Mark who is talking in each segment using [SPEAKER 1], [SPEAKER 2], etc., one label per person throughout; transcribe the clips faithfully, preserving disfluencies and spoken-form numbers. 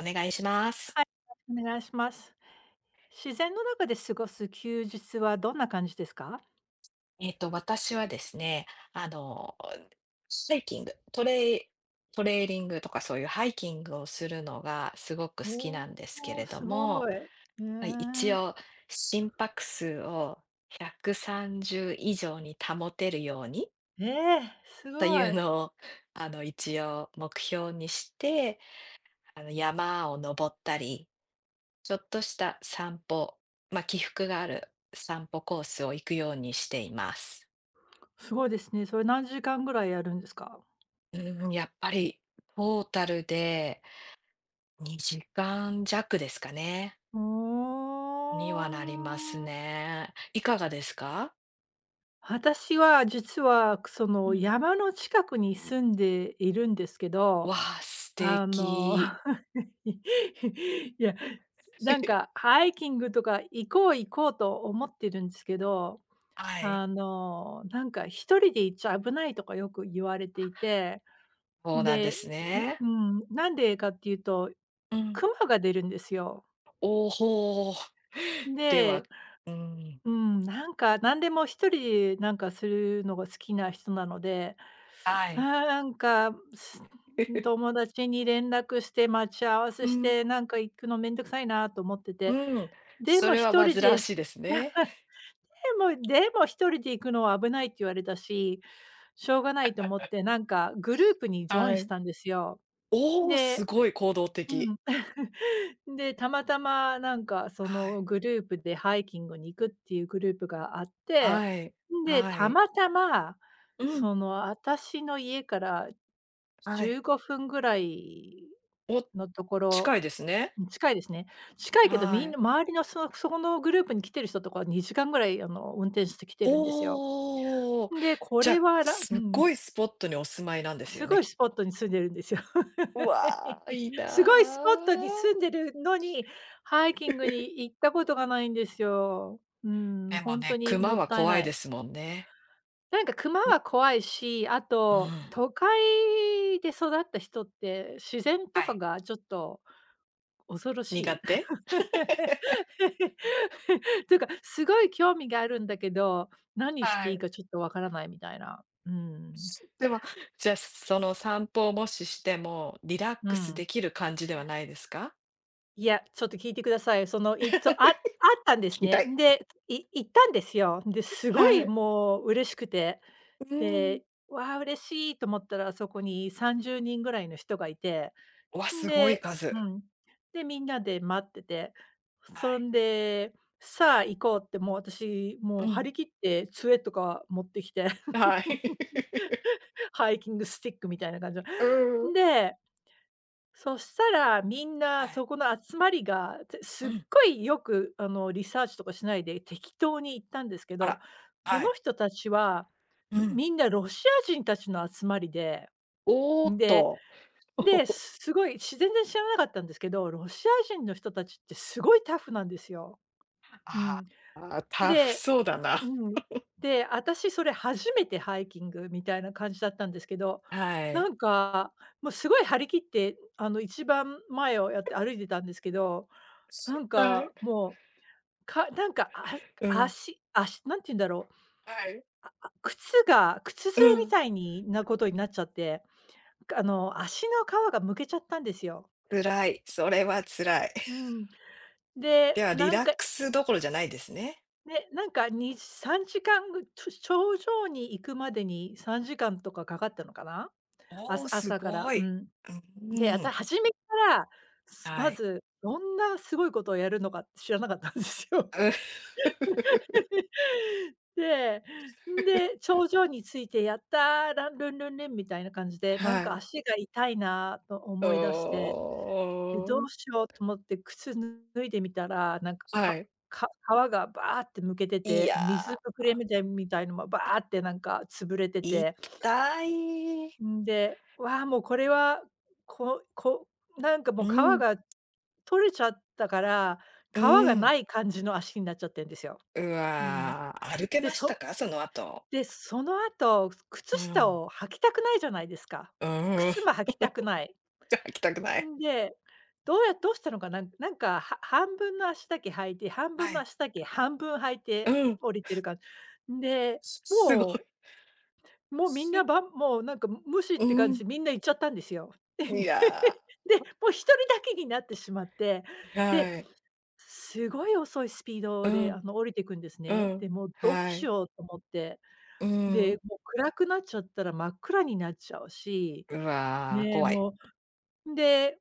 [SPEAKER 1] お願いします。
[SPEAKER 2] お願いします。自然の中で過ごす休日はどんな感じですか？
[SPEAKER 1] えっと、私はですね、あの、ハイキング、トレイトレイリングとかそういうハイキングをするのがすごく好き
[SPEAKER 2] お
[SPEAKER 1] なんですけ
[SPEAKER 2] お、
[SPEAKER 1] れど
[SPEAKER 2] す
[SPEAKER 1] も、
[SPEAKER 2] ごい。え
[SPEAKER 1] はい、一
[SPEAKER 2] え。
[SPEAKER 1] 応心拍数をひゃくさんじゅう以上に保てるように
[SPEAKER 2] ええ、す
[SPEAKER 1] と
[SPEAKER 2] ご
[SPEAKER 1] いう
[SPEAKER 2] い。
[SPEAKER 1] のを、あの、一応目標にして、あの、山を登ったり、ちょっとした散歩、まあ、起伏がある散歩コースを行くようにしています。
[SPEAKER 2] すごいですね。それ何時間ぐらいやるんですか？
[SPEAKER 1] うーん、やっぱりトータルでにじかん弱ですかね。
[SPEAKER 2] ふー
[SPEAKER 1] にはなります
[SPEAKER 2] ん。
[SPEAKER 1] ね。いかがですか？
[SPEAKER 2] 私は実は、そ
[SPEAKER 1] う
[SPEAKER 2] の、
[SPEAKER 1] ん。
[SPEAKER 2] 山の近くに住んでいるんですけ
[SPEAKER 1] わ
[SPEAKER 2] ど、
[SPEAKER 1] あ、素
[SPEAKER 2] あの
[SPEAKER 1] 敵。
[SPEAKER 2] いや、なんか ハイキングとか行こう行こうと思ってるんですけど
[SPEAKER 1] はい、
[SPEAKER 2] あの、なんか一人で行っちゃ危ないとかよく言われていて、
[SPEAKER 1] そうなんで
[SPEAKER 2] で、
[SPEAKER 1] すね。
[SPEAKER 2] うんうん、なんでかっていうと、
[SPEAKER 1] うん。
[SPEAKER 2] クマが出るんですよ。
[SPEAKER 1] おお。では、
[SPEAKER 2] で、
[SPEAKER 1] うん、
[SPEAKER 2] うん、なんか何でも一人でなんかするのが好きな人なので、
[SPEAKER 1] はい。
[SPEAKER 2] なんか、す 友達に連絡して待ち合わ
[SPEAKER 1] う
[SPEAKER 2] せし
[SPEAKER 1] ん、
[SPEAKER 2] て、なんか行くのめんどくさいなと思ってて、
[SPEAKER 1] うん、
[SPEAKER 2] で
[SPEAKER 1] そ
[SPEAKER 2] も
[SPEAKER 1] れは
[SPEAKER 2] 一人
[SPEAKER 1] 煩わ
[SPEAKER 2] で
[SPEAKER 1] しいです ね。
[SPEAKER 2] でもでも一人で行くのは危ないって言われたししょうがないと思って、なんかグループにジョイン
[SPEAKER 1] は
[SPEAKER 2] し
[SPEAKER 1] い。
[SPEAKER 2] たんですよ。
[SPEAKER 1] おお、す
[SPEAKER 2] で
[SPEAKER 1] ごい行動
[SPEAKER 2] う
[SPEAKER 1] 的。
[SPEAKER 2] ん。で、たまたまなんかそ
[SPEAKER 1] は
[SPEAKER 2] の
[SPEAKER 1] い。
[SPEAKER 2] グループでハイキングに行くっていうグループがあって、
[SPEAKER 1] はい、
[SPEAKER 2] で、
[SPEAKER 1] は
[SPEAKER 2] た
[SPEAKER 1] い。
[SPEAKER 2] またま、
[SPEAKER 1] うん、
[SPEAKER 2] その私の家から
[SPEAKER 1] はい。
[SPEAKER 2] じゅうごふんぐらい
[SPEAKER 1] お、
[SPEAKER 2] のとこ
[SPEAKER 1] 近
[SPEAKER 2] ろ
[SPEAKER 1] いですね。
[SPEAKER 2] 近いですね。近いけど、み
[SPEAKER 1] は
[SPEAKER 2] ん
[SPEAKER 1] い。
[SPEAKER 2] な周りのそのそこのグループに来てる人とかにじかんぐらい、あの、運転して来てるんですよ。
[SPEAKER 1] おお。
[SPEAKER 2] で、こ
[SPEAKER 1] じゃ、
[SPEAKER 2] れ
[SPEAKER 1] あ、
[SPEAKER 2] はらう
[SPEAKER 1] すっ
[SPEAKER 2] ん。
[SPEAKER 1] ごいスポットにお住まいなんですよ
[SPEAKER 2] す
[SPEAKER 1] ね、
[SPEAKER 2] ごい
[SPEAKER 1] き
[SPEAKER 2] ス
[SPEAKER 1] っ
[SPEAKER 2] ポッ
[SPEAKER 1] と。
[SPEAKER 2] トに住んでるんですよ。
[SPEAKER 1] うわあ、いい
[SPEAKER 2] す
[SPEAKER 1] な
[SPEAKER 2] ごいスポットに
[SPEAKER 1] あ。
[SPEAKER 2] 住んでるのに、ハイキング に行ったことがないんですよ。うん、
[SPEAKER 1] でも
[SPEAKER 2] 本当
[SPEAKER 1] ね、
[SPEAKER 2] にも
[SPEAKER 1] 熊
[SPEAKER 2] っ
[SPEAKER 1] は
[SPEAKER 2] たい
[SPEAKER 1] 怖い
[SPEAKER 2] な
[SPEAKER 1] で
[SPEAKER 2] い。
[SPEAKER 1] すもんね。
[SPEAKER 2] なんか熊は
[SPEAKER 1] ん
[SPEAKER 2] 怖いし、あ
[SPEAKER 1] うん。
[SPEAKER 2] と、都会で育った人って自然
[SPEAKER 1] は
[SPEAKER 2] とか
[SPEAKER 1] い。
[SPEAKER 2] がちょっと恐ろし
[SPEAKER 1] 苦
[SPEAKER 2] い。
[SPEAKER 1] 手？
[SPEAKER 2] というか、すごい興味があるんだけど、何して
[SPEAKER 1] は
[SPEAKER 2] いい
[SPEAKER 1] い。
[SPEAKER 2] かちょっとわからないみたいな。うん。
[SPEAKER 1] でも、じゃ、あ、その散歩をもししても、リラッ
[SPEAKER 2] う
[SPEAKER 1] クス
[SPEAKER 2] ん。
[SPEAKER 1] できる感じではないですか？
[SPEAKER 2] いや、ちょっと聞いてください。その、いっとああったんで
[SPEAKER 1] 聞
[SPEAKER 2] す
[SPEAKER 1] きた
[SPEAKER 2] ね。
[SPEAKER 1] い。
[SPEAKER 2] で、い行ったんですよ。で、すご
[SPEAKER 1] は
[SPEAKER 2] い
[SPEAKER 1] い。
[SPEAKER 2] もう嬉しくて、
[SPEAKER 1] うん。
[SPEAKER 2] で、わあ、嬉しいと思ったら、そこにさんじゅうにんぐらいの人がいて、
[SPEAKER 1] わ、
[SPEAKER 2] ん
[SPEAKER 1] すごい
[SPEAKER 2] で
[SPEAKER 1] 数。
[SPEAKER 2] うん。で、みんなで待ってて、
[SPEAKER 1] は
[SPEAKER 2] そ
[SPEAKER 1] い。
[SPEAKER 2] んで、さあ行こうって、もう私、も
[SPEAKER 1] う
[SPEAKER 2] う張
[SPEAKER 1] ん。
[SPEAKER 2] り切って杖とか持ってきて、
[SPEAKER 1] はい。
[SPEAKER 2] ハイキングスティックみたいな感じ
[SPEAKER 1] う
[SPEAKER 2] の。
[SPEAKER 1] ん。
[SPEAKER 2] んでそしたら、みんな
[SPEAKER 1] はい。
[SPEAKER 2] そこの集まりが、つす
[SPEAKER 1] う
[SPEAKER 2] っ
[SPEAKER 1] ん。
[SPEAKER 2] ごいよく、あの、リサーチとかしないで適当に行ったんですけ
[SPEAKER 1] あ
[SPEAKER 2] ど、
[SPEAKER 1] ら、
[SPEAKER 2] そ
[SPEAKER 1] は
[SPEAKER 2] の
[SPEAKER 1] い。
[SPEAKER 2] 人たちは、
[SPEAKER 1] うん。
[SPEAKER 2] みんなロシア人たちの集まりで、
[SPEAKER 1] おお、
[SPEAKER 2] で
[SPEAKER 1] と。
[SPEAKER 2] で、すごい、し全然知らなかったんですけど、ロシア人の人たちってすごいタフなんですよ。う
[SPEAKER 1] あ
[SPEAKER 2] ん。
[SPEAKER 1] あ、タフ
[SPEAKER 2] で
[SPEAKER 1] そうだな。
[SPEAKER 2] うん。で、私それ初めてハイキングみたいな感じだったんですけど、
[SPEAKER 1] は
[SPEAKER 2] な
[SPEAKER 1] い。
[SPEAKER 2] んか、もうすごい張り切って、あの、一番前をやって歩いてたんですけど、なん
[SPEAKER 1] は
[SPEAKER 2] か
[SPEAKER 1] い、
[SPEAKER 2] もう、かなんか、あ
[SPEAKER 1] うん。
[SPEAKER 2] 足足なんて言うんだろう、
[SPEAKER 1] はい。
[SPEAKER 2] 靴が靴擦
[SPEAKER 1] う
[SPEAKER 2] れみ
[SPEAKER 1] ん、
[SPEAKER 2] たいになことになっちゃって、あの、足の皮がむけちゃったんですよ。
[SPEAKER 1] 辛い、それは辛い。
[SPEAKER 2] う ん。で、
[SPEAKER 1] ではリ
[SPEAKER 2] なん
[SPEAKER 1] ラッ
[SPEAKER 2] か、
[SPEAKER 1] クスどころじゃないですね。
[SPEAKER 2] ね、なんかに3時間ぐちょ頂上に行くまでにさんじかんとかかかったのかな？あ
[SPEAKER 1] お
[SPEAKER 2] す
[SPEAKER 1] お、す
[SPEAKER 2] 朝から、
[SPEAKER 1] ご
[SPEAKER 2] う
[SPEAKER 1] い。
[SPEAKER 2] ん。
[SPEAKER 1] う
[SPEAKER 2] で、や
[SPEAKER 1] ー
[SPEAKER 2] た
[SPEAKER 1] ん。
[SPEAKER 2] 初めから、すま
[SPEAKER 1] はい。
[SPEAKER 2] ず、どんなすごいことをやるのかって知らなかったんですよ。
[SPEAKER 1] うん。
[SPEAKER 2] で、んで、頂上に着いて「やった、ランルンルンルン」みたいな感じで、なん
[SPEAKER 1] は
[SPEAKER 2] か
[SPEAKER 1] い。
[SPEAKER 2] 足が痛いなと思い出し
[SPEAKER 1] お
[SPEAKER 2] て、で、ど
[SPEAKER 1] お、
[SPEAKER 2] うしようと思って靴脱いでみたら、なんか、
[SPEAKER 1] は
[SPEAKER 2] か
[SPEAKER 1] い。
[SPEAKER 2] か皮がバーってむけて
[SPEAKER 1] い
[SPEAKER 2] て、水
[SPEAKER 1] や、
[SPEAKER 2] ぶくれみたいみたいのもバーってなんか潰れて
[SPEAKER 1] 痛
[SPEAKER 2] て
[SPEAKER 1] い。
[SPEAKER 2] んで、わあ、もうこれは、ここなんかも
[SPEAKER 1] う
[SPEAKER 2] う皮
[SPEAKER 1] ん、
[SPEAKER 2] が取れちゃったから、皮
[SPEAKER 1] う
[SPEAKER 2] が
[SPEAKER 1] ん。
[SPEAKER 2] ない感じの足になっちゃってんですよ。
[SPEAKER 1] う
[SPEAKER 2] うん。
[SPEAKER 1] わ、歩け
[SPEAKER 2] で、
[SPEAKER 1] ました
[SPEAKER 2] そ
[SPEAKER 1] か？その後。
[SPEAKER 2] で、その後、
[SPEAKER 1] う
[SPEAKER 2] 靴下
[SPEAKER 1] ん。
[SPEAKER 2] を履きたくないじゃないですか。
[SPEAKER 1] うーん。
[SPEAKER 2] 靴も履きたくない。
[SPEAKER 1] じゃあ、行きたくない。
[SPEAKER 2] んで、どうやどうしたのかな、なんか、は半分の足だけ履いて、半分
[SPEAKER 1] は
[SPEAKER 2] の
[SPEAKER 1] い。
[SPEAKER 2] 足だけ半分履い
[SPEAKER 1] う
[SPEAKER 2] て
[SPEAKER 1] ん。
[SPEAKER 2] 降りてる感じんで、
[SPEAKER 1] すすごい。
[SPEAKER 2] もうもうみんな、ばもうなんか無視っ
[SPEAKER 1] う
[SPEAKER 2] て感じ
[SPEAKER 1] ん。
[SPEAKER 2] でみんな行っちゃったんですよ。で、
[SPEAKER 1] いや
[SPEAKER 2] でもう一人だけになってしまって、
[SPEAKER 1] ー、
[SPEAKER 2] で、
[SPEAKER 1] はい。
[SPEAKER 2] すごい遅いスピー
[SPEAKER 1] う
[SPEAKER 2] ドで
[SPEAKER 1] ん、
[SPEAKER 2] あの降りていくんです
[SPEAKER 1] う
[SPEAKER 2] ね。
[SPEAKER 1] ん。
[SPEAKER 2] で、もうどう
[SPEAKER 1] は
[SPEAKER 2] し
[SPEAKER 1] い。
[SPEAKER 2] ようと思って、
[SPEAKER 1] う
[SPEAKER 2] で、
[SPEAKER 1] ん。
[SPEAKER 2] もう暗くなっちゃったら真っ暗になっちゃうし、
[SPEAKER 1] うわー、
[SPEAKER 2] ねえ、
[SPEAKER 1] 怖い。
[SPEAKER 2] もう、で、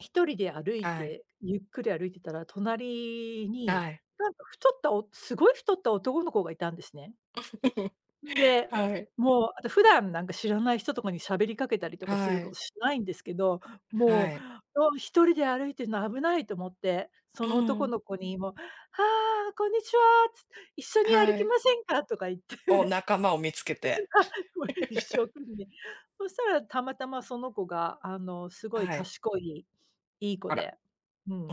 [SPEAKER 2] 一人で歩い
[SPEAKER 1] はい、
[SPEAKER 2] て、ゆっくり歩いてたら、隣に
[SPEAKER 1] はい。
[SPEAKER 2] なんか太ったおすごい太った男の子がいたんですね。で、
[SPEAKER 1] はい、
[SPEAKER 2] もう、あと普段なんか知らない人とかに喋りかけたりと
[SPEAKER 1] は
[SPEAKER 2] かすること
[SPEAKER 1] い、
[SPEAKER 2] しないんですけど、も
[SPEAKER 1] はい。
[SPEAKER 2] う、お一人で歩いてるの危ないと思って、
[SPEAKER 1] う
[SPEAKER 2] その男
[SPEAKER 1] ん、
[SPEAKER 2] の子にもう、「ああ、こんにちは」つ「一緒に歩
[SPEAKER 1] は
[SPEAKER 2] き
[SPEAKER 1] い。
[SPEAKER 2] ませんか？」とか言っ
[SPEAKER 1] お、
[SPEAKER 2] て、
[SPEAKER 1] 仲間を見つけて。
[SPEAKER 2] あもう一生懸命。そしたらたまたまその子が、あの、すごい
[SPEAKER 1] はい。
[SPEAKER 2] 賢い、いい子
[SPEAKER 1] あら。
[SPEAKER 2] で、うん。
[SPEAKER 1] う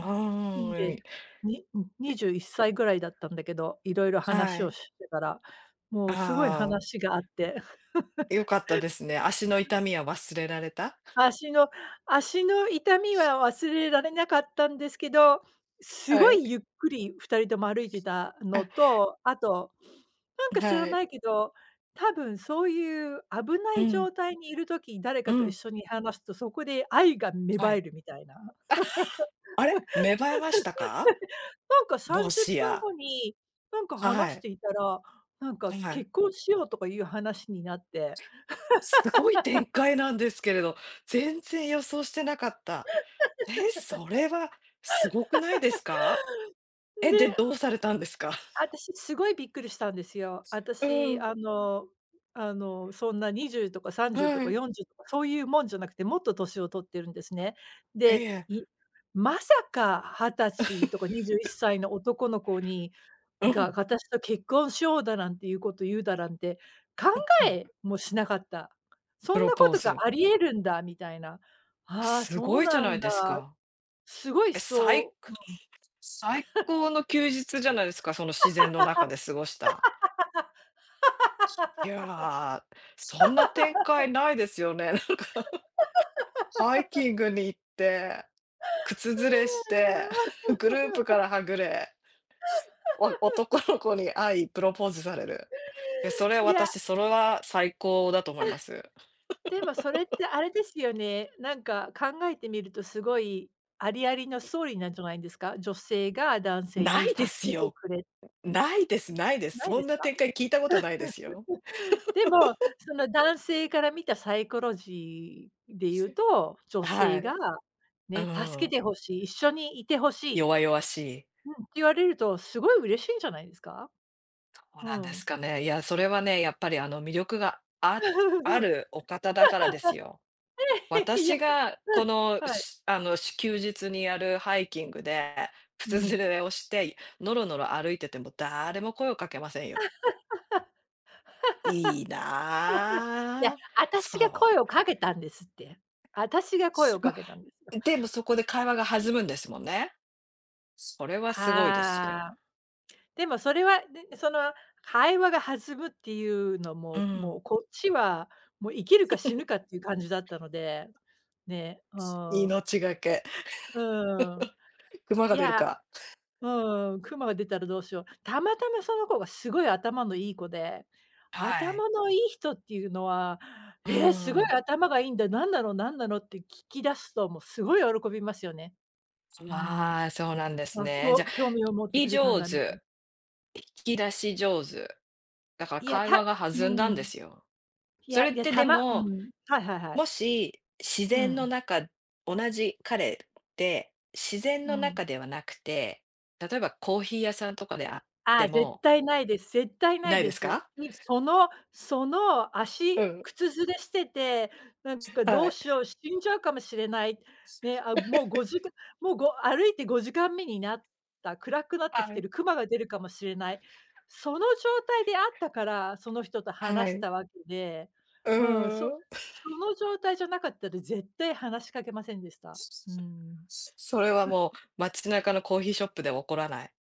[SPEAKER 2] ん
[SPEAKER 1] ー
[SPEAKER 2] で、
[SPEAKER 1] ん、
[SPEAKER 2] ににじゅうん、にじゅういっさいぐらいだったんだけど、いろいろ
[SPEAKER 1] は
[SPEAKER 2] 話を
[SPEAKER 1] い。
[SPEAKER 2] してたら、もうすごい
[SPEAKER 1] あ
[SPEAKER 2] 話があって
[SPEAKER 1] あ、よかったですね。足の痛みは忘れられた？
[SPEAKER 2] 足の足の痛みは忘れられなかったんですけど、す
[SPEAKER 1] は
[SPEAKER 2] ご
[SPEAKER 1] い。
[SPEAKER 2] いゆっくり二人とも歩いてた
[SPEAKER 1] あ、
[SPEAKER 2] のと、あと、なんか知ら
[SPEAKER 1] は
[SPEAKER 2] な
[SPEAKER 1] い。
[SPEAKER 2] いけど、多分そういう危な
[SPEAKER 1] う
[SPEAKER 2] い
[SPEAKER 1] ん、
[SPEAKER 2] 状態にいる時、誰
[SPEAKER 1] う
[SPEAKER 2] かと一
[SPEAKER 1] ん、
[SPEAKER 2] 緒に話すと、そこで愛が芽
[SPEAKER 1] は
[SPEAKER 2] 生え
[SPEAKER 1] い。
[SPEAKER 2] るみたいな。
[SPEAKER 1] あ、れ、芽生えましたか？
[SPEAKER 2] なんか
[SPEAKER 1] も
[SPEAKER 2] 30
[SPEAKER 1] し
[SPEAKER 2] 分
[SPEAKER 1] や。
[SPEAKER 2] 後に、なんか
[SPEAKER 1] は
[SPEAKER 2] 話し
[SPEAKER 1] い、
[SPEAKER 2] ていたら、なんか
[SPEAKER 1] はい。
[SPEAKER 2] 結婚しようとかいう話になって、
[SPEAKER 1] すごい展開なんですけれど、全然予想してなかった。え、それはすごくないですか？え、
[SPEAKER 2] で
[SPEAKER 1] で、どうされたんですか？
[SPEAKER 2] あたし、すごいびっくりしたんですよ。あた
[SPEAKER 1] う
[SPEAKER 2] し、
[SPEAKER 1] ん、
[SPEAKER 2] あのあの、そんなにじゅうとかさんじゅうと
[SPEAKER 1] は
[SPEAKER 2] か
[SPEAKER 1] い。
[SPEAKER 2] よんじゅうとかそういうもんじゃなくて、もっと年を取ってるんですね。
[SPEAKER 1] え
[SPEAKER 2] で、
[SPEAKER 1] え、
[SPEAKER 2] いまさかはたちとかにじゅういっさいの男の子に
[SPEAKER 1] う
[SPEAKER 2] が、
[SPEAKER 1] ん、
[SPEAKER 2] 私と結婚しようだなんていうこと言うだなんて、考
[SPEAKER 1] うん。
[SPEAKER 2] えもしなかった。そ
[SPEAKER 1] プ
[SPEAKER 2] ん
[SPEAKER 1] ロ
[SPEAKER 2] なこ
[SPEAKER 1] ポー
[SPEAKER 2] とが
[SPEAKER 1] ズ。
[SPEAKER 2] あり得るんだみたいな。ああ、
[SPEAKER 1] す
[SPEAKER 2] そ
[SPEAKER 1] ご
[SPEAKER 2] う
[SPEAKER 1] いじゃ
[SPEAKER 2] な
[SPEAKER 1] な
[SPEAKER 2] ん
[SPEAKER 1] い
[SPEAKER 2] だ。
[SPEAKER 1] ですか。
[SPEAKER 2] すごい
[SPEAKER 1] え、最
[SPEAKER 2] そ
[SPEAKER 1] 高
[SPEAKER 2] う。
[SPEAKER 1] 最高の休日じゃないですか、その自然の中で過ごした。いやー、そんな展開ないですよね。なんかハイキングに行って、靴ずれし
[SPEAKER 2] う
[SPEAKER 1] て、グループからはぐれ、お男の子に会い、プロポーズされる。え、それ
[SPEAKER 2] ーん、いや。
[SPEAKER 1] 私、それは最高だと思います。
[SPEAKER 2] でもそれってあれですよね、なんか考えてみるとすごいありありのストーリーなんじゃないんですか？女性が男性
[SPEAKER 1] な
[SPEAKER 2] に
[SPEAKER 1] いで
[SPEAKER 2] 助
[SPEAKER 1] す
[SPEAKER 2] けて
[SPEAKER 1] よ。
[SPEAKER 2] くれ
[SPEAKER 1] ないです、ないです。
[SPEAKER 2] ない
[SPEAKER 1] そ
[SPEAKER 2] で
[SPEAKER 1] ん
[SPEAKER 2] す
[SPEAKER 1] な
[SPEAKER 2] か？
[SPEAKER 1] 展開聞いたことないですよ。
[SPEAKER 2] でも、その男性から見たサイコロジーで言うと、女
[SPEAKER 1] は
[SPEAKER 2] 性
[SPEAKER 1] い。
[SPEAKER 2] が
[SPEAKER 1] う
[SPEAKER 2] ね、助け
[SPEAKER 1] ん。
[SPEAKER 2] てほしい、一緒にいてほしい、
[SPEAKER 1] 弱々しい。
[SPEAKER 2] うん、って言われるとすごい嬉しいんじゃないですか？
[SPEAKER 1] そう
[SPEAKER 2] う
[SPEAKER 1] なんです
[SPEAKER 2] ん。
[SPEAKER 1] かね。いや、それはね、やっぱりあの魅力がああ るお方だからですよ。
[SPEAKER 2] いや、
[SPEAKER 1] 私が
[SPEAKER 2] う
[SPEAKER 1] こ
[SPEAKER 2] ん、
[SPEAKER 1] の、
[SPEAKER 2] はい、
[SPEAKER 1] しあの、し休日にやるハイキングで、
[SPEAKER 2] う
[SPEAKER 1] 靴ず
[SPEAKER 2] ん。
[SPEAKER 1] れをして、のろのろ歩いてても誰も声をかけませんよ。いい
[SPEAKER 2] いや、
[SPEAKER 1] なあ。
[SPEAKER 2] 私が
[SPEAKER 1] そう。
[SPEAKER 2] 声をかけたんですって。私が声
[SPEAKER 1] し
[SPEAKER 2] をか
[SPEAKER 1] ま、
[SPEAKER 2] けたんですよ。
[SPEAKER 1] でもそこで会話が弾むんですもんね。それはすごいですよ。
[SPEAKER 2] ああ、でもそれは、で、その会話が弾むっていうの
[SPEAKER 1] う
[SPEAKER 2] も、も
[SPEAKER 1] ん。
[SPEAKER 2] うこっちは、もう生きるか死ぬかっていう感じだったので、ね、うん、
[SPEAKER 1] 命がけ。
[SPEAKER 2] うーん。
[SPEAKER 1] 熊が
[SPEAKER 2] い
[SPEAKER 1] 出る
[SPEAKER 2] や、
[SPEAKER 1] か。
[SPEAKER 2] うん、クマが出たらどうしよう。たまたまその子がすごい頭のいい子で、
[SPEAKER 1] はい。
[SPEAKER 2] 頭のいい人っていうのは、
[SPEAKER 1] うー
[SPEAKER 2] 「えーすごい
[SPEAKER 1] ん。
[SPEAKER 2] 頭がいいんだ、なんだろう、なんだろう」って聞き出すと、もうすごい喜びますよね。うん。
[SPEAKER 1] まあ、そうなんです
[SPEAKER 2] あ、き
[SPEAKER 1] ね。じゃ、
[SPEAKER 2] ょ
[SPEAKER 1] 聞
[SPEAKER 2] 興味を持って
[SPEAKER 1] き
[SPEAKER 2] くれたん
[SPEAKER 1] 上
[SPEAKER 2] だみたい。な
[SPEAKER 1] 手、引き出し上手、だから
[SPEAKER 2] いや、
[SPEAKER 1] 会話
[SPEAKER 2] た
[SPEAKER 1] が
[SPEAKER 2] う
[SPEAKER 1] 弾んだんで
[SPEAKER 2] ん。
[SPEAKER 1] すよ。
[SPEAKER 2] い
[SPEAKER 1] そ
[SPEAKER 2] や、い
[SPEAKER 1] れっ
[SPEAKER 2] や、
[SPEAKER 1] て
[SPEAKER 2] た
[SPEAKER 1] で
[SPEAKER 2] まう
[SPEAKER 1] も、
[SPEAKER 2] ん、はいはいは
[SPEAKER 1] も
[SPEAKER 2] い。
[SPEAKER 1] し自
[SPEAKER 2] う
[SPEAKER 1] 然の
[SPEAKER 2] ん、
[SPEAKER 1] 中同じ彼で、自然
[SPEAKER 2] う
[SPEAKER 1] の
[SPEAKER 2] ん。
[SPEAKER 1] 中ではなくて、例えばコーヒー屋さんとかであっ
[SPEAKER 2] あ
[SPEAKER 1] て
[SPEAKER 2] あ、絶
[SPEAKER 1] も
[SPEAKER 2] 対ないです。絶対な
[SPEAKER 1] な
[SPEAKER 2] い
[SPEAKER 1] い
[SPEAKER 2] で
[SPEAKER 1] です
[SPEAKER 2] す。
[SPEAKER 1] か？
[SPEAKER 2] いそのその足、
[SPEAKER 1] うん、
[SPEAKER 2] 靴擦れしてて、なんかど
[SPEAKER 1] は
[SPEAKER 2] う
[SPEAKER 1] い、
[SPEAKER 2] しよう、死んじゃうかもしれない。ね、あ、もうごじかんもうご歩いてごじかんめになった、暗くなってき
[SPEAKER 1] は
[SPEAKER 2] て
[SPEAKER 1] い、
[SPEAKER 2] る、熊が出るかもしれない。その状態であったから、その人と
[SPEAKER 1] は
[SPEAKER 2] 話し
[SPEAKER 1] い、
[SPEAKER 2] たわけで、
[SPEAKER 1] う
[SPEAKER 2] うん、
[SPEAKER 1] ー
[SPEAKER 2] そ
[SPEAKER 1] ん。
[SPEAKER 2] その状態じゃなかったら絶対話しかけませんでした。うん。
[SPEAKER 1] それはもう街中のコーヒーショップでは起こらない。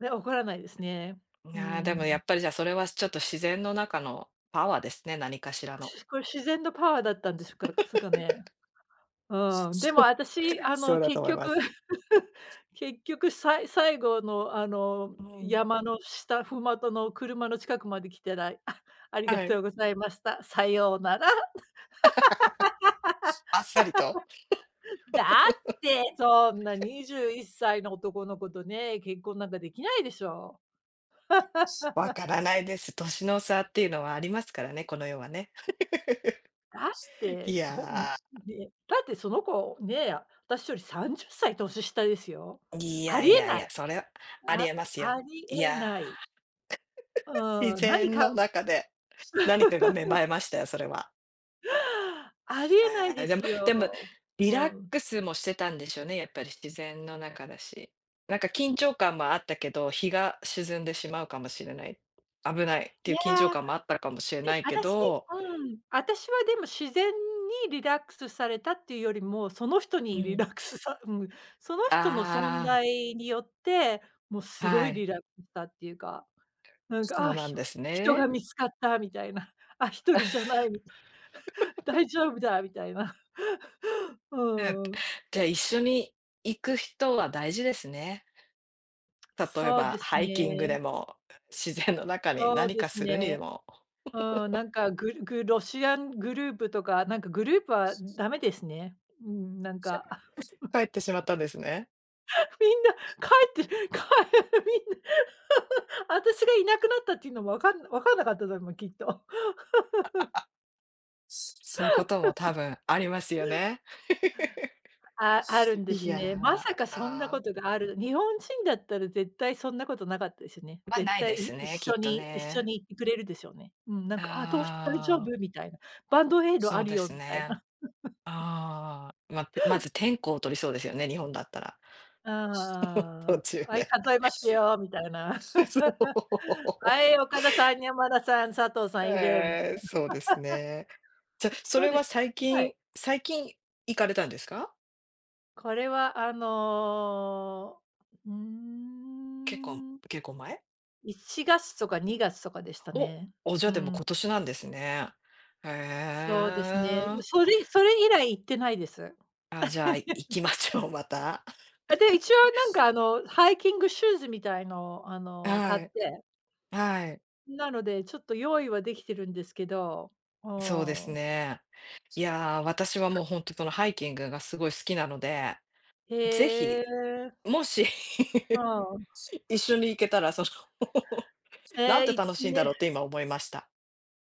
[SPEAKER 2] ね、怒らないですね。
[SPEAKER 1] い
[SPEAKER 2] うー
[SPEAKER 1] や、でもや
[SPEAKER 2] ん。
[SPEAKER 1] っぱり、じゃあそれはちょっと自然の中のパワーですね、何かしらの。
[SPEAKER 2] しこれ自然のパワーだったんでしょかだかすかね。うん。で
[SPEAKER 1] そ
[SPEAKER 2] も
[SPEAKER 1] う、
[SPEAKER 2] 私、あ
[SPEAKER 1] そう
[SPEAKER 2] の、
[SPEAKER 1] だと
[SPEAKER 2] 結
[SPEAKER 1] 思いま
[SPEAKER 2] 局
[SPEAKER 1] す。
[SPEAKER 2] 結局さい最後の、あの、
[SPEAKER 1] うん。
[SPEAKER 2] 山の下、麓の車の近くまで来てない。あ、ありが
[SPEAKER 1] はい。
[SPEAKER 2] とうございました。さようなら。
[SPEAKER 1] あっさりと。
[SPEAKER 2] だって、そんなにじゅういっさいの男の子とね、結婚なんかできないでしょ。
[SPEAKER 1] わからないです。年の差っていうのはありますからね、この世はね。
[SPEAKER 2] だっ て
[SPEAKER 1] い
[SPEAKER 2] そんね、
[SPEAKER 1] や
[SPEAKER 2] だってその子ね、私よりさんじゅっさい年下ですよ。
[SPEAKER 1] ー、い
[SPEAKER 2] あ
[SPEAKER 1] や
[SPEAKER 2] り
[SPEAKER 1] い
[SPEAKER 2] え
[SPEAKER 1] やい
[SPEAKER 2] ない。
[SPEAKER 1] や、それはあり
[SPEAKER 2] あ
[SPEAKER 1] えますよ。
[SPEAKER 2] あり
[SPEAKER 1] い
[SPEAKER 2] え
[SPEAKER 1] や
[SPEAKER 2] ない。う
[SPEAKER 1] ー、自
[SPEAKER 2] ーん、何
[SPEAKER 1] 然
[SPEAKER 2] か
[SPEAKER 1] の中で何かが芽生えましたよ、それは。
[SPEAKER 2] ありえない
[SPEAKER 1] えー、
[SPEAKER 2] で
[SPEAKER 1] でも
[SPEAKER 2] す
[SPEAKER 1] でも、
[SPEAKER 2] よ。
[SPEAKER 1] リラ
[SPEAKER 2] う
[SPEAKER 1] ッ
[SPEAKER 2] ん。
[SPEAKER 1] クスもしてたんでしょうね、やっぱり自然の中だし。なんか緊張感もあったけど、日が沈んでしまうかもしれない、危ないってい
[SPEAKER 2] い
[SPEAKER 1] う緊張
[SPEAKER 2] や、
[SPEAKER 1] 感もあったかもしれ
[SPEAKER 2] で
[SPEAKER 1] な
[SPEAKER 2] も
[SPEAKER 1] いけ
[SPEAKER 2] 私
[SPEAKER 1] ど、
[SPEAKER 2] うん、私はでも自然にリラックスされたっていうよりも、その人
[SPEAKER 1] う
[SPEAKER 2] にリ
[SPEAKER 1] ん、
[SPEAKER 2] ラックスさ うん、その人の存
[SPEAKER 1] あ
[SPEAKER 2] 在によって、もう
[SPEAKER 1] あ、
[SPEAKER 2] すご
[SPEAKER 1] は
[SPEAKER 2] いリ
[SPEAKER 1] い、
[SPEAKER 2] ラックスしたっていうかなんか、
[SPEAKER 1] そう
[SPEAKER 2] あ、
[SPEAKER 1] な
[SPEAKER 2] ひ
[SPEAKER 1] んです
[SPEAKER 2] 人が
[SPEAKER 1] ね。
[SPEAKER 2] 見つかったみたいな、あ、一人じゃないみたいな、大丈夫だみたいな。
[SPEAKER 1] うん。
[SPEAKER 2] うん。
[SPEAKER 1] じゃあ、一緒に行く人は大事ですね。例え
[SPEAKER 2] そう
[SPEAKER 1] ば
[SPEAKER 2] です
[SPEAKER 1] ハイキング
[SPEAKER 2] ね。
[SPEAKER 1] でも、自然の中に
[SPEAKER 2] そう
[SPEAKER 1] 何
[SPEAKER 2] で
[SPEAKER 1] か
[SPEAKER 2] す
[SPEAKER 1] するにで
[SPEAKER 2] ね。
[SPEAKER 1] も、
[SPEAKER 2] うん、なんかグルグロシアングループとか、なんかグループはダメですね。うん、なんか、
[SPEAKER 1] 帰ってしまったんですね。
[SPEAKER 2] みんな帰って帰 みんな、私がいなくなったっていうのもわかんわかんなかったでもうきっと。
[SPEAKER 1] そういうことも多分ありますよね。
[SPEAKER 2] あ、あるんで
[SPEAKER 1] い
[SPEAKER 2] す
[SPEAKER 1] や、
[SPEAKER 2] ね。まさか
[SPEAKER 1] あ
[SPEAKER 2] そんな
[SPEAKER 1] あ、
[SPEAKER 2] ことがある日本人だったら絶対そんなことなかったですよね。
[SPEAKER 1] ま、
[SPEAKER 2] 絶
[SPEAKER 1] ない
[SPEAKER 2] 対
[SPEAKER 1] です
[SPEAKER 2] い一
[SPEAKER 1] ね、き
[SPEAKER 2] 緒
[SPEAKER 1] っと
[SPEAKER 2] に一緒
[SPEAKER 1] ね。
[SPEAKER 2] に行ってくれるでしょうね。うん、なんか、「あ、どうし大丈夫？」
[SPEAKER 1] ああ、
[SPEAKER 2] みたいな、「バンドエイド
[SPEAKER 1] そ
[SPEAKER 2] あ
[SPEAKER 1] う
[SPEAKER 2] る
[SPEAKER 1] で
[SPEAKER 2] よ」
[SPEAKER 1] す
[SPEAKER 2] みたい
[SPEAKER 1] ね。
[SPEAKER 2] な。
[SPEAKER 1] ああ、ま、まず天候を取りそうですよね、日本だったら。
[SPEAKER 2] あ
[SPEAKER 1] 途
[SPEAKER 2] あ、
[SPEAKER 1] 中
[SPEAKER 2] 「はい、
[SPEAKER 1] で。
[SPEAKER 2] 数えますよ」みたい な。
[SPEAKER 1] そ う。
[SPEAKER 2] 「はい、岡田さん、山田さん、佐藤さんいる」みたい
[SPEAKER 1] ええ、
[SPEAKER 2] な。
[SPEAKER 1] そうですね。じゃ、そ
[SPEAKER 2] どう
[SPEAKER 1] れ
[SPEAKER 2] で
[SPEAKER 1] は
[SPEAKER 2] す
[SPEAKER 1] 最
[SPEAKER 2] は
[SPEAKER 1] 近
[SPEAKER 2] い。
[SPEAKER 1] 最近行かれたんですか？
[SPEAKER 2] これは、あのー、うー
[SPEAKER 1] 結構
[SPEAKER 2] ん、
[SPEAKER 1] 結構前？
[SPEAKER 2] いちがつとかにがつとかでした
[SPEAKER 1] お、
[SPEAKER 2] ね。
[SPEAKER 1] お、じゃあ、
[SPEAKER 2] う
[SPEAKER 1] でも
[SPEAKER 2] ん。
[SPEAKER 1] 今年なんですね。へ
[SPEAKER 2] そうですね。
[SPEAKER 1] え。
[SPEAKER 2] それそれ以来行ってないです。
[SPEAKER 1] あ、じゃあ、行き ましょう、また。
[SPEAKER 2] あ、で、一応なんかあの、ハイキングシューズみたいのをあ の、買
[SPEAKER 1] は
[SPEAKER 2] っ
[SPEAKER 1] い、
[SPEAKER 2] て、
[SPEAKER 1] はい。
[SPEAKER 2] なのでちょっと用意はできてるんですけど、う
[SPEAKER 1] そうです
[SPEAKER 2] ーん。
[SPEAKER 1] ね。いやー、私はもう本当にそのハイキングがすごい好きなので、ぜ
[SPEAKER 2] へ
[SPEAKER 1] ひ、
[SPEAKER 2] え。
[SPEAKER 1] もし
[SPEAKER 2] うん。
[SPEAKER 1] 一緒に行けたら、その なん
[SPEAKER 2] え
[SPEAKER 1] て
[SPEAKER 2] え、いち
[SPEAKER 1] 楽しいん
[SPEAKER 2] ね
[SPEAKER 1] だろうって今思いました。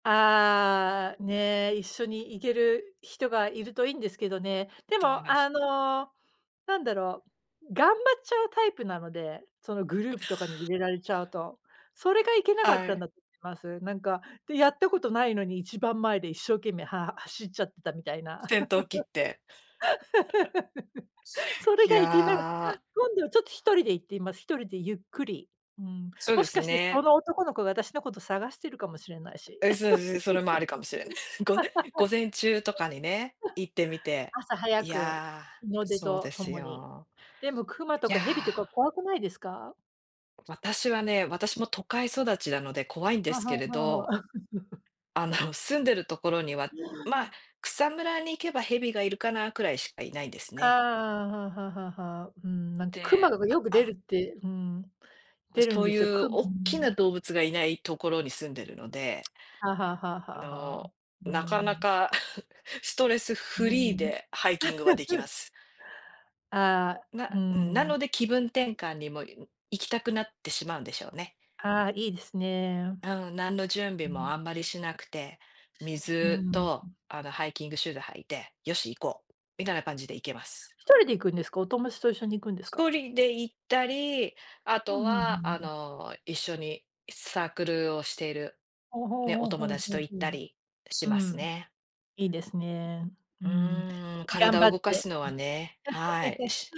[SPEAKER 2] ああ、ね、一緒に行ける人がいるといいんですけどね。で
[SPEAKER 1] そう
[SPEAKER 2] も、
[SPEAKER 1] で
[SPEAKER 2] あ
[SPEAKER 1] す。
[SPEAKER 2] の、なんだろう、頑張っちゃうタイプなので、そのグループとかに入れられちゃうと。それがいけなかっ
[SPEAKER 1] は
[SPEAKER 2] たん
[SPEAKER 1] い。
[SPEAKER 2] だと思います。なんか、で、やったことないのに一番前で一生懸命は走っちゃってたみたいな。
[SPEAKER 1] 戦闘機って。
[SPEAKER 2] それ
[SPEAKER 1] い
[SPEAKER 2] がいけない。
[SPEAKER 1] やー、
[SPEAKER 2] 今度はちょっと一人で行ってみます。一人でゆっくり。うん。
[SPEAKER 1] そう
[SPEAKER 2] も
[SPEAKER 1] で
[SPEAKER 2] し
[SPEAKER 1] す
[SPEAKER 2] かしてそ
[SPEAKER 1] ね。
[SPEAKER 2] の男の子が私のこと探してるかもしれないし。
[SPEAKER 1] え、そうですね、それもありかもしれない。ご午前中とかにね、行ってみて。
[SPEAKER 2] 朝早
[SPEAKER 1] い
[SPEAKER 2] く、
[SPEAKER 1] や
[SPEAKER 2] 日
[SPEAKER 1] ー、
[SPEAKER 2] の出
[SPEAKER 1] そうで
[SPEAKER 2] とと
[SPEAKER 1] す
[SPEAKER 2] もに。
[SPEAKER 1] よ。
[SPEAKER 2] でも熊と
[SPEAKER 1] いや
[SPEAKER 2] か蛇とか
[SPEAKER 1] ー、
[SPEAKER 2] 怖くないですか？
[SPEAKER 1] 私はね、私も都会育ちなので怖いんで
[SPEAKER 2] は
[SPEAKER 1] すけ
[SPEAKER 2] は
[SPEAKER 1] れ
[SPEAKER 2] は
[SPEAKER 1] ど、
[SPEAKER 2] は。
[SPEAKER 1] あの、住んでるところには、まあ、草むらに行けば蛇がいるかなくらいしかいないんです
[SPEAKER 2] あ
[SPEAKER 1] ね。
[SPEAKER 2] あ、ははははうん、なん
[SPEAKER 1] で、
[SPEAKER 2] 熊がよく出る
[SPEAKER 1] あ
[SPEAKER 2] って、うん、
[SPEAKER 1] あ、
[SPEAKER 2] 出る
[SPEAKER 1] そ
[SPEAKER 2] ん
[SPEAKER 1] う
[SPEAKER 2] で
[SPEAKER 1] い
[SPEAKER 2] すよ。
[SPEAKER 1] う
[SPEAKER 2] くう
[SPEAKER 1] 大き
[SPEAKER 2] ん。
[SPEAKER 1] な動物がいないところに住んでるので、
[SPEAKER 2] はははは
[SPEAKER 1] あ
[SPEAKER 2] は
[SPEAKER 1] の、
[SPEAKER 2] あ。う
[SPEAKER 1] なかな
[SPEAKER 2] ん。
[SPEAKER 1] か ストレスフ
[SPEAKER 2] う
[SPEAKER 1] リー
[SPEAKER 2] ん。
[SPEAKER 1] でハイキングはできます。
[SPEAKER 2] ああ、う
[SPEAKER 1] なうん、なの
[SPEAKER 2] ん。
[SPEAKER 1] で気分転換にも、行きたくなってしまうんでしょうね。
[SPEAKER 2] ああ、いいですね。
[SPEAKER 1] うん、何の準備
[SPEAKER 2] う
[SPEAKER 1] も
[SPEAKER 2] ん。
[SPEAKER 1] あんまりしなくて、
[SPEAKER 2] う
[SPEAKER 1] 水
[SPEAKER 2] ん。
[SPEAKER 1] と、あの、ハイキングシューズ履いて、よし行こう、みたいな感じで行けます。
[SPEAKER 2] 人で行くんですか？お友達と一緒に行くんですか？
[SPEAKER 1] 一人で行ったり、あ
[SPEAKER 2] う
[SPEAKER 1] と
[SPEAKER 2] んうんうんう
[SPEAKER 1] は、あ
[SPEAKER 2] ん。
[SPEAKER 1] の、一緒にサークルをしている、
[SPEAKER 2] ほうほう
[SPEAKER 1] ね、お
[SPEAKER 2] ほう
[SPEAKER 1] 友
[SPEAKER 2] ほう
[SPEAKER 1] 達
[SPEAKER 2] ほ
[SPEAKER 1] と
[SPEAKER 2] う
[SPEAKER 1] 行った
[SPEAKER 2] ほう。
[SPEAKER 1] りし
[SPEAKER 2] う
[SPEAKER 1] ます
[SPEAKER 2] ん。
[SPEAKER 1] ね。
[SPEAKER 2] いいですね。う
[SPEAKER 1] う
[SPEAKER 2] ん。
[SPEAKER 1] ーん、
[SPEAKER 2] 頑
[SPEAKER 1] 体
[SPEAKER 2] 張
[SPEAKER 1] を
[SPEAKER 2] っ
[SPEAKER 1] 動か
[SPEAKER 2] て。
[SPEAKER 1] すのはね、はい、し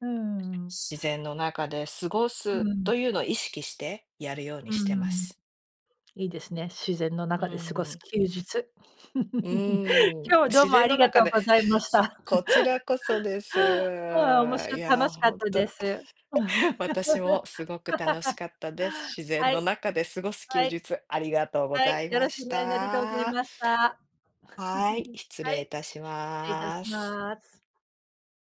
[SPEAKER 2] うん。
[SPEAKER 1] 自然の中で過ご
[SPEAKER 2] う
[SPEAKER 1] す
[SPEAKER 2] ん。
[SPEAKER 1] というのを意識してやるように
[SPEAKER 2] う
[SPEAKER 1] してま
[SPEAKER 2] ん。
[SPEAKER 1] す。
[SPEAKER 2] いいですね。自然の
[SPEAKER 1] う
[SPEAKER 2] 中で過ご
[SPEAKER 1] ー
[SPEAKER 2] す
[SPEAKER 1] ん、
[SPEAKER 2] 休日。
[SPEAKER 1] う ーん、
[SPEAKER 2] 今日はどう
[SPEAKER 1] 自
[SPEAKER 2] も
[SPEAKER 1] 然
[SPEAKER 2] あ
[SPEAKER 1] の
[SPEAKER 2] りが
[SPEAKER 1] 中
[SPEAKER 2] とう
[SPEAKER 1] で
[SPEAKER 2] ございました。
[SPEAKER 1] こちらこそです。い
[SPEAKER 2] うん、面白い
[SPEAKER 1] や、
[SPEAKER 2] 楽
[SPEAKER 1] ー、
[SPEAKER 2] しかっ
[SPEAKER 1] 本
[SPEAKER 2] た
[SPEAKER 1] 当
[SPEAKER 2] で
[SPEAKER 1] に
[SPEAKER 2] す。
[SPEAKER 1] 私もすごく楽しかったです。自然
[SPEAKER 2] は
[SPEAKER 1] の
[SPEAKER 2] い、
[SPEAKER 1] 中で過ごす
[SPEAKER 2] は
[SPEAKER 1] 休
[SPEAKER 2] い、
[SPEAKER 1] 日、ありがとうご
[SPEAKER 2] はい、
[SPEAKER 1] ざい
[SPEAKER 2] よ
[SPEAKER 1] ま
[SPEAKER 2] ろしくお
[SPEAKER 1] し
[SPEAKER 2] 願いありがとうござい
[SPEAKER 1] た。
[SPEAKER 2] ました。
[SPEAKER 1] はい、失
[SPEAKER 2] は
[SPEAKER 1] 礼い
[SPEAKER 2] い、
[SPEAKER 1] たし
[SPEAKER 2] 失礼いたし
[SPEAKER 1] ます。
[SPEAKER 2] ます。